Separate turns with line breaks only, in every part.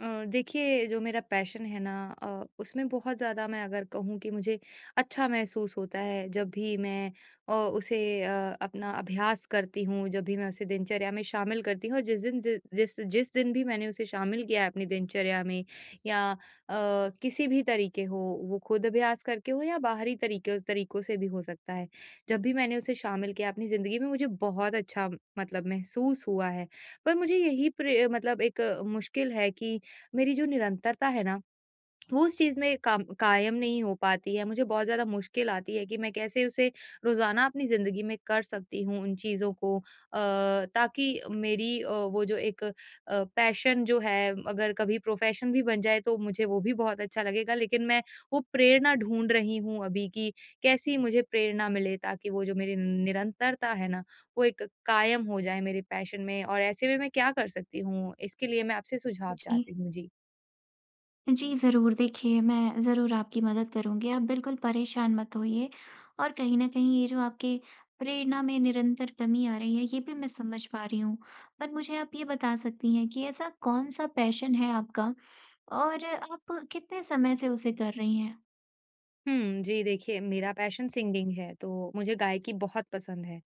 देखिए, जो मेरा पैशन है ना, उसमें बहुत ज़्यादा, मैं अगर कहूँ कि मुझे अच्छा महसूस होता है जब भी मैं अ, उसे अपना अभ्यास करती हूँ, जब भी मैं उसे दिनचर्या में शामिल करती हूँ। और जिस दिन जि- जिस जिस दिन भी मैंने उसे शामिल किया है अपनी दिनचर्या में, या किसी भी तरीके हो, वो खुद अभ्यास करके हो या बाहरी तरीके तरीकों से भी हो सकता है। जब भी मैंने उसे शामिल किया अपनी ज़िंदगी में, मुझे बहुत अच्छा मतलब महसूस हुआ है। पर मुझे यही मतलब एक मुश्किल है कि मेरी जो निरंतरता है ना, वो उस चीज़ में काम कायम नहीं हो पाती है। मुझे बहुत ज़्यादा मुश्किल आती है कि मैं कैसे उसे रोज़ाना अपनी ज़िंदगी में कर सकती हूँ उन चीज़ों को, ताकि मेरी वो जो एक पैशन जो है, अगर कभी प्रोफ़ेशन भी बन जाए तो मुझे वो भी बहुत अच्छा लगेगा। लेकिन मैं वो प्रेरणा ढूँढ रही हूँ अभी, कि कैसी मुझे प्रेरणा मिले, ताकि वो जो मेरी निरंतरता है ना, वो एक कायम हो जाए मेरे पैशन में। और ऐसे में मैं क्या कर सकती हूँ? इसके लिए मैं आपसे सुझाव
जी।
चाहती हूँ। जी।
जी, ज़रूर। देखिए, मैं ज़रूर आपकी मदद करूँगी, आप बिल्कुल परेशान मत होइए और कहीं न कहीं ये जो आपकी प्रेरणा में निरंतर कमी आ रही है, ये भी मैं समझ पा रही हूँ। पर मुझे आप ये बता सकती हैं कि ऐसा कौन-सा पैशन है आपका और आप कितने समय से उसे कर रही हैं?
हुँ, जी, देखिए, मेरा पैशन सिंगिंग है, तो मुझे गायकी बहुत पसंद है।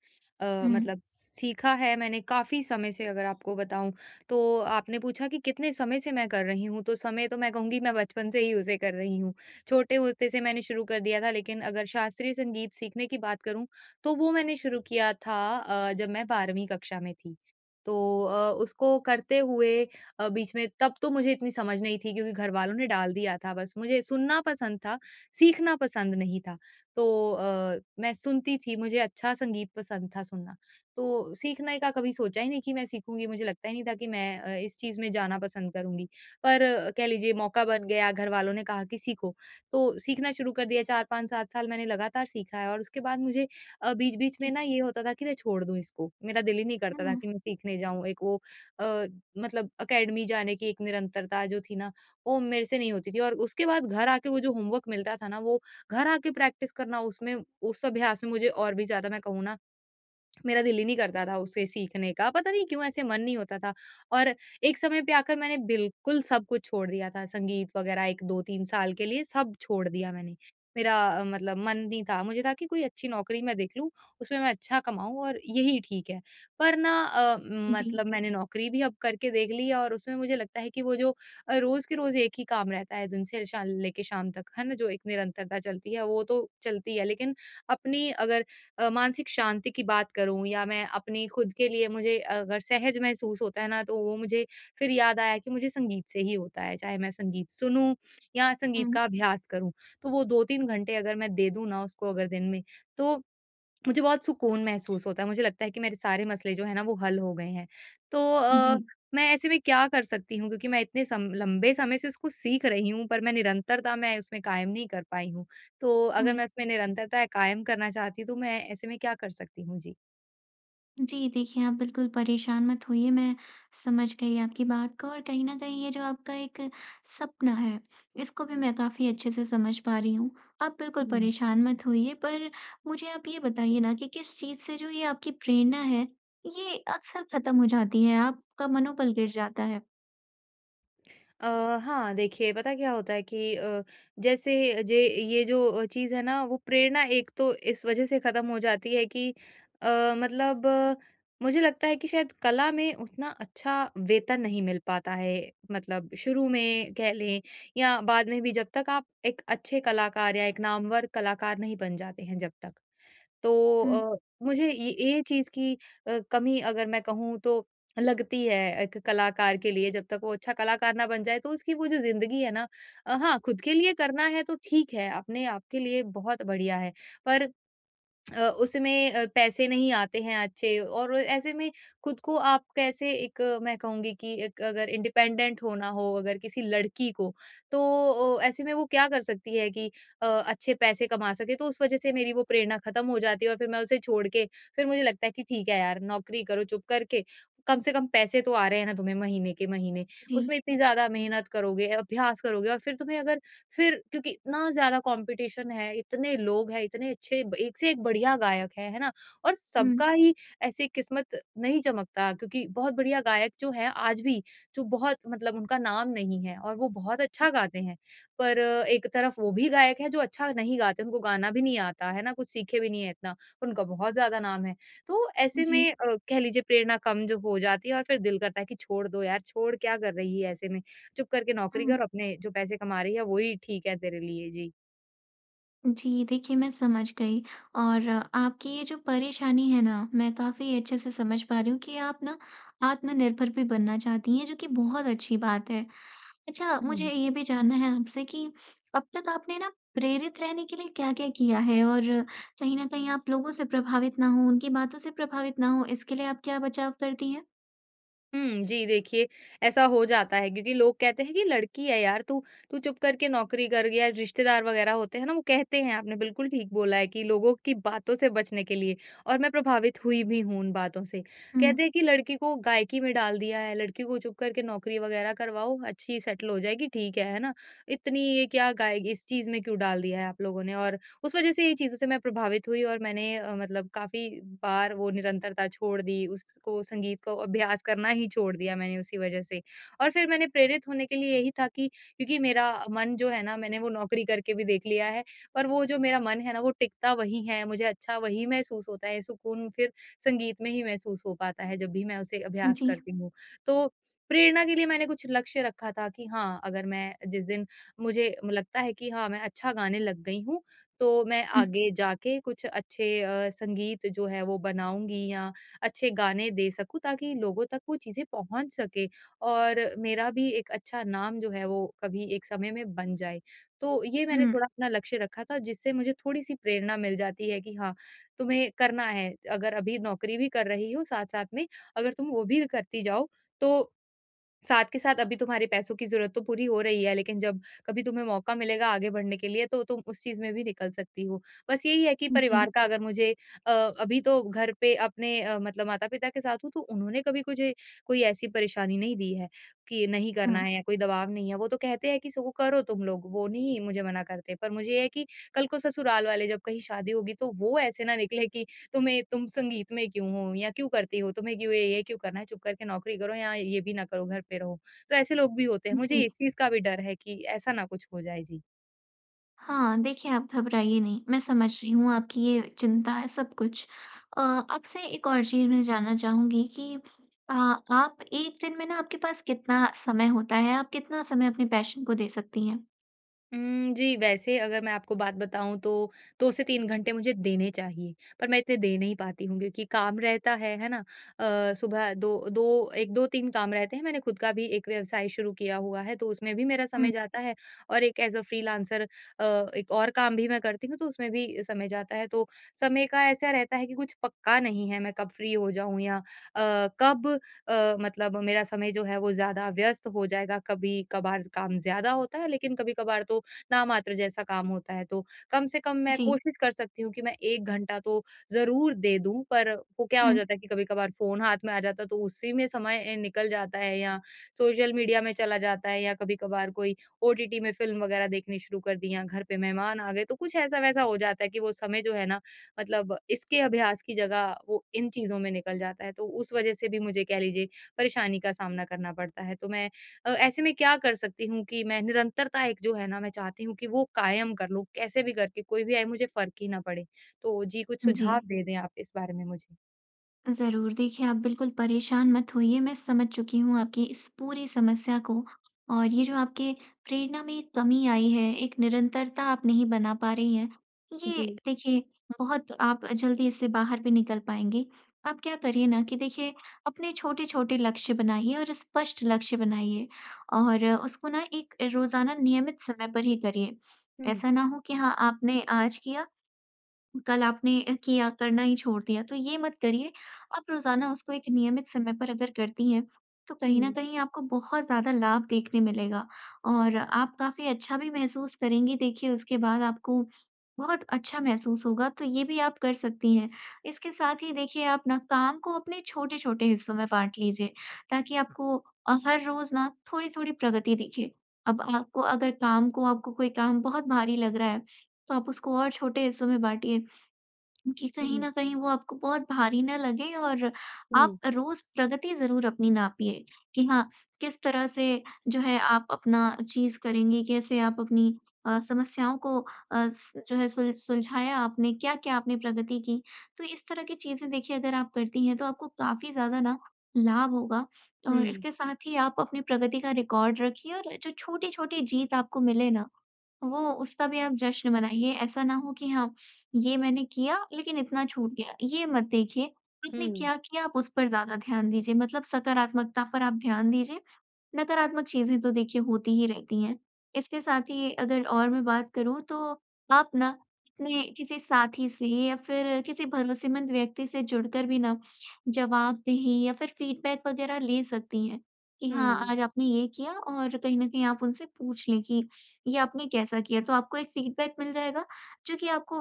हुँ।
मतलब सीखा है मैंने काफ़ी समय से, अगर आपको बताऊँ। तो आपने पूछा कि कितने समय से मैं कर रही हूँ, तो समय तो मैं कहूँगी, मैं बचपन से ही उसे कर रही हूँ। छोटे होते से मैंने शुरू कर दिया था, लेकिन अगर शास्त्रीय संगीत सीखने की बात करूँ, तो वो मैंने शुरू किया था जब मैं 12वीं कक्षा में थी। तो उसको करते हुए बीच में, तब तो मुझे इतनी समझ नहीं थी, क्योंकि घर वालों ने डाल दिया था बस। मुझे सुनना पसंद था, सीखना पसंद नहीं था। तो मैं सुनती थी, मुझे अच्छा संगीत पसंद था सुनना। तो सीखने का कभी सोचा ही नहीं कि मैं सीखूँगी, मुझे लगता ही नहीं था कि मैं इस चीज़ में जाना पसंद करूँगी। पर कह लीजिए, मौका बन गया, घर वालों ने कहा कि सीखो, तो सीखना शुरू कर दिया। 4, 5, 7 साल मैंने लगातार सीखा है, और उसके बाद मुझे बीच-बीच में
जी।
ना ये होता था कि मैं छोड़ दूँ इसको। मेरा दिल ही नहीं करता था
हुँ।
कि मैं सीखने जाऊँ। एक वो अ, मतलब अकेडमी जाने की एक निरंतरता जो थी ना, वो मेरे से नहीं होती थी। और उसके बाद घर आके वो जो होमवर्क मिलता था ना, वो घर आके प्रैक्टिस करना, उसमें, उस अभ्यास में, मुझे और भी ज़्यादा, मैं कहूँ ना, मेरा दिल ही नहीं करता था उसे सीखने का। पता नहीं क्यों, ऐसे मन नहीं होता था। और एक समय पे आकर मैंने बिल्कुल सब कुछ छोड़ दिया था, संगीत वग़ैरह 1 2-3 साल के लिए सब छोड़ दिया मैंने। मेरा मतलब मन नहीं था, मुझे था कि कोई अच्छी नौकरी मैं देख लूँ, उसमें मैं अच्छा कमाऊँ, और यही ठीक है। पर ना,
जी।
मतलब मैंने नौकरी भी अब करके देख ली है, और उसमें मुझे लगता है कि वो जो रोज़ के रोज़ एक ही काम रहता है, दिन से शा लेके शाम तक, है ना? जो एक निरंतरता चलती है, वो तो चलती है, लेकिन अपनी अगर मानसिक शांति की बात करूँ, या मैं अपनी खुद के लिए, मुझे अगर सहज महसूस होता है ना, तो वो मुझे फिर याद आया कि मुझे संगीत से ही होता है। चाहे मैं संगीत सुनूँ या संगीत
हुँ।
का अभ्यास करूँ। तो वो 2-3 घंटे अगर मैं दे दूँ ना उसको, अगर दिन में, तो मुझे बहुत सुकून महसूस होता है, मुझे लगता है कि मेरे सारे मसले जो हैं ना, वो हल हो गए हैं। तो
जी।
मैं ऐसे में क्या कर सकती हूँ, क्योंकि मैं इतने सम लंबे समय से उसको सीख रही हूँ, पर मैं निरंतरता, मैं उसमें कायम नहीं कर पाई हूँ। तो अगर
हुँ।
मैं उसमें निरंतरता कायम करना चाहती हूँ, तो मैं ऐसे में क्या कर सकती हूँ? जी।
जी, देखिए आप बिल्कुल परेशान मत होइए, मैं समझ गई आपकी बात को और कहीं न कहीं ये जो आपका एक सपना है, इसको भी मैं काफ़ी अच्छे से समझ पा रही हूँ। आप बिल्कुल परेशान मत होइए, पर मुझे आप ये बताइए ना कि किस चीज़ से जो ये आपकी प्रेरणा है, ये अक्सर ख़त्म हो जाती है, आपका मनोबल गिर जाता है?
अ, हाँ, देखिए, पता क्या होता है कि जैसे जे ये जो चीज़ है ना, वो प्रेरणा, एक तो इस वज़ह से ख़त्म हो जाती है कि अ, मतलब मुझे लगता है कि शायद कला में उतना अच्छा वेतन नहीं मिल पाता है। मतलब शुरू में कह लें, या बाद में भी जब तक आप एक अच्छे कलाकार या एक नामवर कलाकार नहीं बन जाते हैं जब तक। तो
हुँ,
मुझे ये चीज़ की कमी, अगर मैं कहूँ तो, लगती है। एक कलाकार के लिए, जब तक वो अच्छा कलाकार ना बन जाए, तो उसकी वो जो ज़िंदगी है ना, हाँ, खुद के लिए करना है तो ठीक है, अपने आप के लिए बहुत बढ़िया है। पर उसमें पैसे नहीं आते हैं अच्छे, और ऐसे में खुद को आप कैसे एक मैं कहूँगी कि एक, अगर इंडिपेंडेंट होना हो अगर किसी लड़की को, तो ऐसे में वो क्या कर सकती है कि अच्छे पैसे कमा सके, तो उस वजह से मेरी वो प्रेरणा खत्म हो जाती है, और फिर मैं उसे छोड़ के, फिर मुझे लगता है कि ठीक है यार, नौकरी करो चुप करके, कम से कम पैसे तो आ रहे हैं ना तुम्हें महीने के महीने।
जी।
उसमें इतनी ज्यादा मेहनत करोगे, अभ्यास करोगे, और फिर तुम्हें अगर, फिर क्योंकि इतना ज़्यादा कॉम्पिटिशन है, इतने लोग हैं, इतने अच्छे ब एक से एक बढ़िया गायक है ना? और
हुँ,
सबका ही ऐसे किस्मत नहीं चमकता, क्योंकि बहुत बढ़िया गायक जो हैं आज भी, जो बहुत मतलब उनका नाम नहीं है और वो बहुत अच्छा गाते हैं। पर एक तरफ वो भी गायक हैं जो अच्छा नहीं गाते, उनको गाना भी नहीं आता, है ना? कुछ सीखे भी नहीं है इतना, उनका बहुत ज़्यादा नाम है। तो ऐसे में
जी।
कह लीजिए प्रेरणा कम जो हो जाती है, और फिर दिल करता है कि छोड़ दो यार, छोड़, क्या कर रही है ऐसे में? चुप करके नौकरी
हुँ।
कर, अपने जो पैसे कमा रही है वही ठीक है तेरे लिए। जी।
जी, देखिए मैं समझ गई और आपकी ये जो परेशानी है ना, मैं काफ़ी अच्छे से समझ पा रही हूँ कि आप ना आत्मनिर्भर भी बनना चाहती हैं, जो कि बहुत अच्छी बात है। अच्छा,
हुँ।
मुझे ये भी जानना है आपसे कि अब तक आपने ना प्रेरित रहने के लिए क्या-क्या किया है? और कहीं न कहीं आप लोगों से प्रभावित ना हों, उनकी बातों से प्रभावित ना हों, इसके लिए आप क्या बचाव करती हैं?
हुँ, जी, देखिए, ऐसा हो जाता है क्योंकि लोग कहते हैं कि लड़की है यार तू, तू चुप करके नौकरी कर, या रिश्तेदार वगैरह होते हैं ना, वो कहते हैं। आपने बिल्कुल ठीक बोला है कि लोगों की बातों से बचने के लिए, और मैं प्रभावित हुई भी हूँ उन बातों से।
हुँ,
कहते हैं कि लड़की को गायकी में डाल दिया है, लड़की को चुप करके नौकरी वगैरह करवाओ, अच्छी सेटल हो जाएगी, ठीक है ना? इतनी ये क्या गाएगी, इस चीज़ में क्यों डाल दिया है आप लोगों ने? और उस वज़ह से ये चीज़ों से मैं प्रभावित हुई, और मैंने मतलब काफ़ी बार वो निरंतरता छोड़ दी, उसको संगीत को अभ्यास करना ही छोड़ दिया मैंने उसी वज़ह से। और फिर मैंने प्रेरित होने के लिए यही था कि, क्योंकि मेरा मन जो है ना, मैंने वो नौकरी करके भी देख लिया है, पर वो जो मेरा मन है ना, वो टिकता वहीं है, मुझे अच्छा वहीं महसूस होता है, सुकून फिर संगीत में ही महसूस हो पाता है, जब भी मैं उसे अभ्यास
जी।
करती हूँ। तो प्रेरणा के लिए मैंने कुछ लक्ष्य रखा था, कि हाँ, अगर मैं, जिस दिन मुझे लगता है कि हाँ, मैं अच्छा गाने लग गई हूँ, तो मैं
हुँ,
आगे जाके कुछ अच्छे संगीत जो है वो बनाऊँगी, या अच्छे गाने दे सकूँ ताकि लोगों तक वो चीज़ें पहुँच सके, और मेरा भी एक अच्छा नाम जो है वो कभी एक समय में बन जाए। तो ये मैंने
हुँ,
थोड़ा अपना लक्ष्य रखा था, जिससे मुझे थोड़ी-सी प्रेरणा मिल जाती है कि हाँ, तुम्हें करना है। अगर अभी नौकरी भी कर रही हो साथ-साथ में, अगर तुम वो भी करती जाओ, तो साथ के साथ अभी तुम्हारे पैसों की ज़रूरत तो पूरी हो रही है, लेकिन जब कभी तुम्हें मौका मिलेगा आगे बढ़ने के लिए, तो तुम उस चीज़ में भी निकल सकती हो। बस यही है कि
जी,
परिवार का, अगर मुझे अभी तो घर पे अपने मतलब माता-पिता के साथ हूँ, तो उन्होंने कभी मुझे कोई ऐसी परेशानी नहीं दी है, कि नहीं करना
हुँ,
है या कोई दबाव नहीं है। वो तो कहते हैं कि सो करो तुम लोग, वो नहीं मुझे मना करते। पर मुझे ये है कि कल को ससुराल वाले, जब कहीं शादी होगी, तो वो ऐसे ना निकले कि तुम्हें, तुम संगीत में क्यों हो या क्यों करती हो? तुम्हें क्यों ये क्यों करना है? चुप करके नौकरी करो, या ये भी ना करो, घर पे रहो। तो ऐसे लोग भी होते हैं। मुझे
जी।
इस चीज़ का भी डर है कि ऐसा ना कुछ हो जाए। जी।
हाँ, देखिए आप घबराइए नहीं, मैं समझ रही हूँ आपकी ये चिंता है सब कुछ। आपसे एक और चीज़ मैं जानना चाहूँगी कि अ, आप एक दिन में ना आपके पास कितना समय होता है? आप कितना समय अपने पैशन को दे सकती हैं?
जी, वैसे अगर मैं आपको बात बताऊँ तो 2 से 3 घंटे मुझे देने चाहिए, पर मैं इतने दे नहीं पाती हूँ क्योंकि काम रहता है ना? सुबह दो दो 1 2-3 काम रहते हैं, मैंने खुद का भी एक व्यवसाय शुरू किया हुआ है, तो उसमें भी मेरा समय
हुँ,
जाता है, और एक एज़ अ फ्रीलांसर एक और काम भी मैं करती हूँ, तो उसमें भी समय जाता है। तो समय का ऐसा रहता है कि कुछ पक्का नहीं है, मैं कब फ्री हो जाऊँ, या कब, मतलब मेरा समय जो है वो ज़्यादा व्यस्त हो जाएगा, कभी-कभार काम ज़्यादा होता है, लेकिन कभी-कभार तो नामात्र जैसा काम होता है। तो कम से कम मैं
जी।
कोशिश कर सकती हूँ कि मैं 1 घंटा तो ज़रूर दे दूँ, पर वो क्या हो
हुँ,
जाता है कि कभी-कभार फ़ोन हाथ में आ जाता है, तो उसी में समय निकल जाता है, या सोशल मीडिया में चला जाता है, या कभी-कभार कोई ओटीटी में फ़िल्म वगैरह देखनी शुरू कर दी, या घर पे मेहमान आ गए, तो कुछ ऐसा-वैसा हो जाता है कि वो समय जो है ना, मतलब इसके अभ्यास की जगह वो इन चीज़ों में निकल जाता है। तो उस वज़ह से भी मुझे, कह लीजिए, परेशानी का सामना करना पड़ता है। तो मैं ऐसे में क्या कर सकती हूँ, कि मैं निरंतरता, एक जो है ना, मैं चाहती हूँ कि वो कायम कर लूँ, कैसे भी करके, कोई भी आए मुझे फ़र्क ही ना पड़े। तो जी, कुछ
जी।
सुझाव दे दें आप इस बारे में मुझे?
ज़रूर। देखिए, आप बिल्कुल परेशान मत होइए, मैं समझ चुकी हूँ आपकी इस पूरी समस्या को और ये जो आपके प्रेरणा में एक कमी आई है, एक निरंतरता आप नहीं बना पा रही हैं, ये
जी।
देखिए बहुत आप जल्दी इससे बाहर भी निकल पाएँगी। आप क्या करिए ना कि देखिए अपने छोटे-छोटे लक्ष्य बनाइए और स्पष्ट लक्ष्य बनाइए और उसको ना एक रोज़ाना नियमित समय पर ही करिए।
हुँ,
ऐसा ना हो कि हाँ, आपने आज किया कल आपने किया, करना ही छोड़ दिया, तो ये मत करिए। आप रोज़ाना उसको एक नियमित समय पर अगर करती हैं, तो कहीं न
हुँ,
कहीं आपको बहुत ज़्यादा लाभ देखने मिलेगा और आप काफ़ी अच्छा भी महसूस करेंगी। देखिए, उसके बाद आपको बहुत अच्छा महसूस होगा, तो ये भी आप कर सकती हैं। इसके साथ ही देखिए, आप ना काम को अपने छोटे-छोटे हिस्सों में बाँट लीजिए, ताकि आपको हर रोज़ ना थोड़ी-थोड़ी प्रगति दिखे। अब आपको अगर काम को आपको कोई काम बहुत भारी लग रहा है, तो आप उसको और छोटे हिस्सों में बाँटिए। कि कहीं
हुँ,
न कहीं वो आपको बहुत भारी ना लगे और
हुँ,
आप रोज़ प्रगति ज़रूर अपनी नापिए, कि हाँ, किस तरह से जो है आप अपना चीज़ करेंगे, कैसे आप अपनी समस्याओं को अ, स जो है सुल सुलझाया आपने, क्या-क्या आपने प्रगति की। तो इस तरह की चीज़ें देखिए अगर आप करती हैं, तो आपको काफ़ी ज़्यादा ना लाभ होगा और
हुँ,
इसके साथ ही आप अपनी प्रगति का रिकॉर्ड रखिए और जो छोटी-छोटी जीत आपको मिले ना वो उसका भी आप जश्न मनाइए, ऐसा ना हो कि हाँ, ये मैंने किया लेकिन इतना छूट गया, ये मत देखिए। आपने
हुँ,
क्या किया आप उस पर ज़्यादा ध्यान दीजिए मतलब सकारात्मकता पर आप ध्यान दीजिए नकारात्मक चीज़ें तो देखिए होती ही रहती हैं। इसके साथ ही अगर और मैं बात करूँ तो आप ना अपने किसी साथी से या फिर किसी भरोसेमंद व्यक्ति से जुड़कर भी ना जवाबदेही या फिर फीडबैक वग़ैरह ले सकती हैं कि हाँ,
हुँ,
आज आपने ये किया और कहीं न कहीं आप उनसे पूछ लें कि ये आपने कैसा किया? तो आपको एक फीडबैक मिल जाएगा जो कि आपको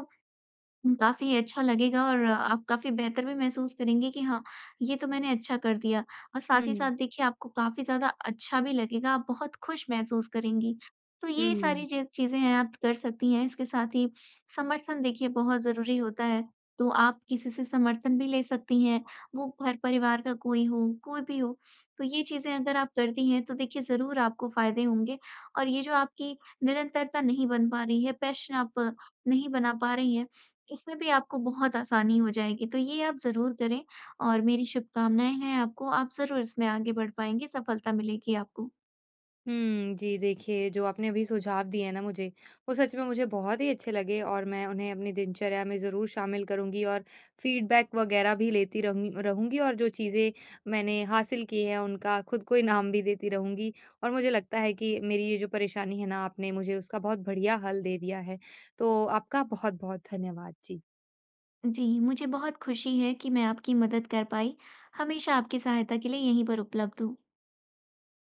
हुँ, काफ़ी अच्छा लगेगा और आप काफ़ी बेहतर भी महसूस करेंगे कि हाँ, ये तो मैंने अच्छा कर दिया और साथ ही साथ
हुँ,
देखिए आपको काफ़ी ज़्यादा अच्छा भी लगेगा, आप बहुत खुश महसूस करेंगी। तो ये सारी
हुँ।
चे चीज़ें हैं आप कर सकती हैं, इसके साथ ही समर्थन देखिए बहुत ज़रूरी होता है, तो आप किसी से समर्थन भी ले सकती हैं, वो घर-परिवार का कोई हो, कोई भी हो। तो ये चीज़ें अगर आप करती हैं तो देखिए ज़रूर आपको फ़ायदे होंगे और ये जो आपकी निरंतरता नहीं बन पा रही है, पैशन आप नहीं बना पा रही हैं, इसमें भी आपको बहुत आसानी हो जाएगी, तो ये आप ज़रूर करें और मेरी शुभकामनाएँ हैं आपको, आप ज़रूर इसमें आगे बढ़ पाएँगे, सफलता मिलेगी आपको।
हुँ, जी, देखिए जो आपने अभी सुझाव दिए हैं ना मुझे, वो सच में मुझे बहुत ही अच्छे लगे, और मैं उन्हें अपनी दिनचर्या में ज़रूर शामिल करूँगी, और फीडबैक वगैरह भी लेती रहूँ रहूँगी, और जो चीज़ें मैंने हासिल की हैं, उनका खुद को इनाम भी देती रहूँगी। और मुझे लगता है कि मेरी ये जो परेशानी है ना, आपने मुझे उसका बहुत बढ़िया हल दे दिया है। तो आपका बहुत-बहुत धन्यवाद। जी।
जी, मुझे बहुत खुशी है कि मैं आपकी मदद कर पाई। हमेशा आपकी सहायता के लिए यहीं पर उपलब्ध हूँ।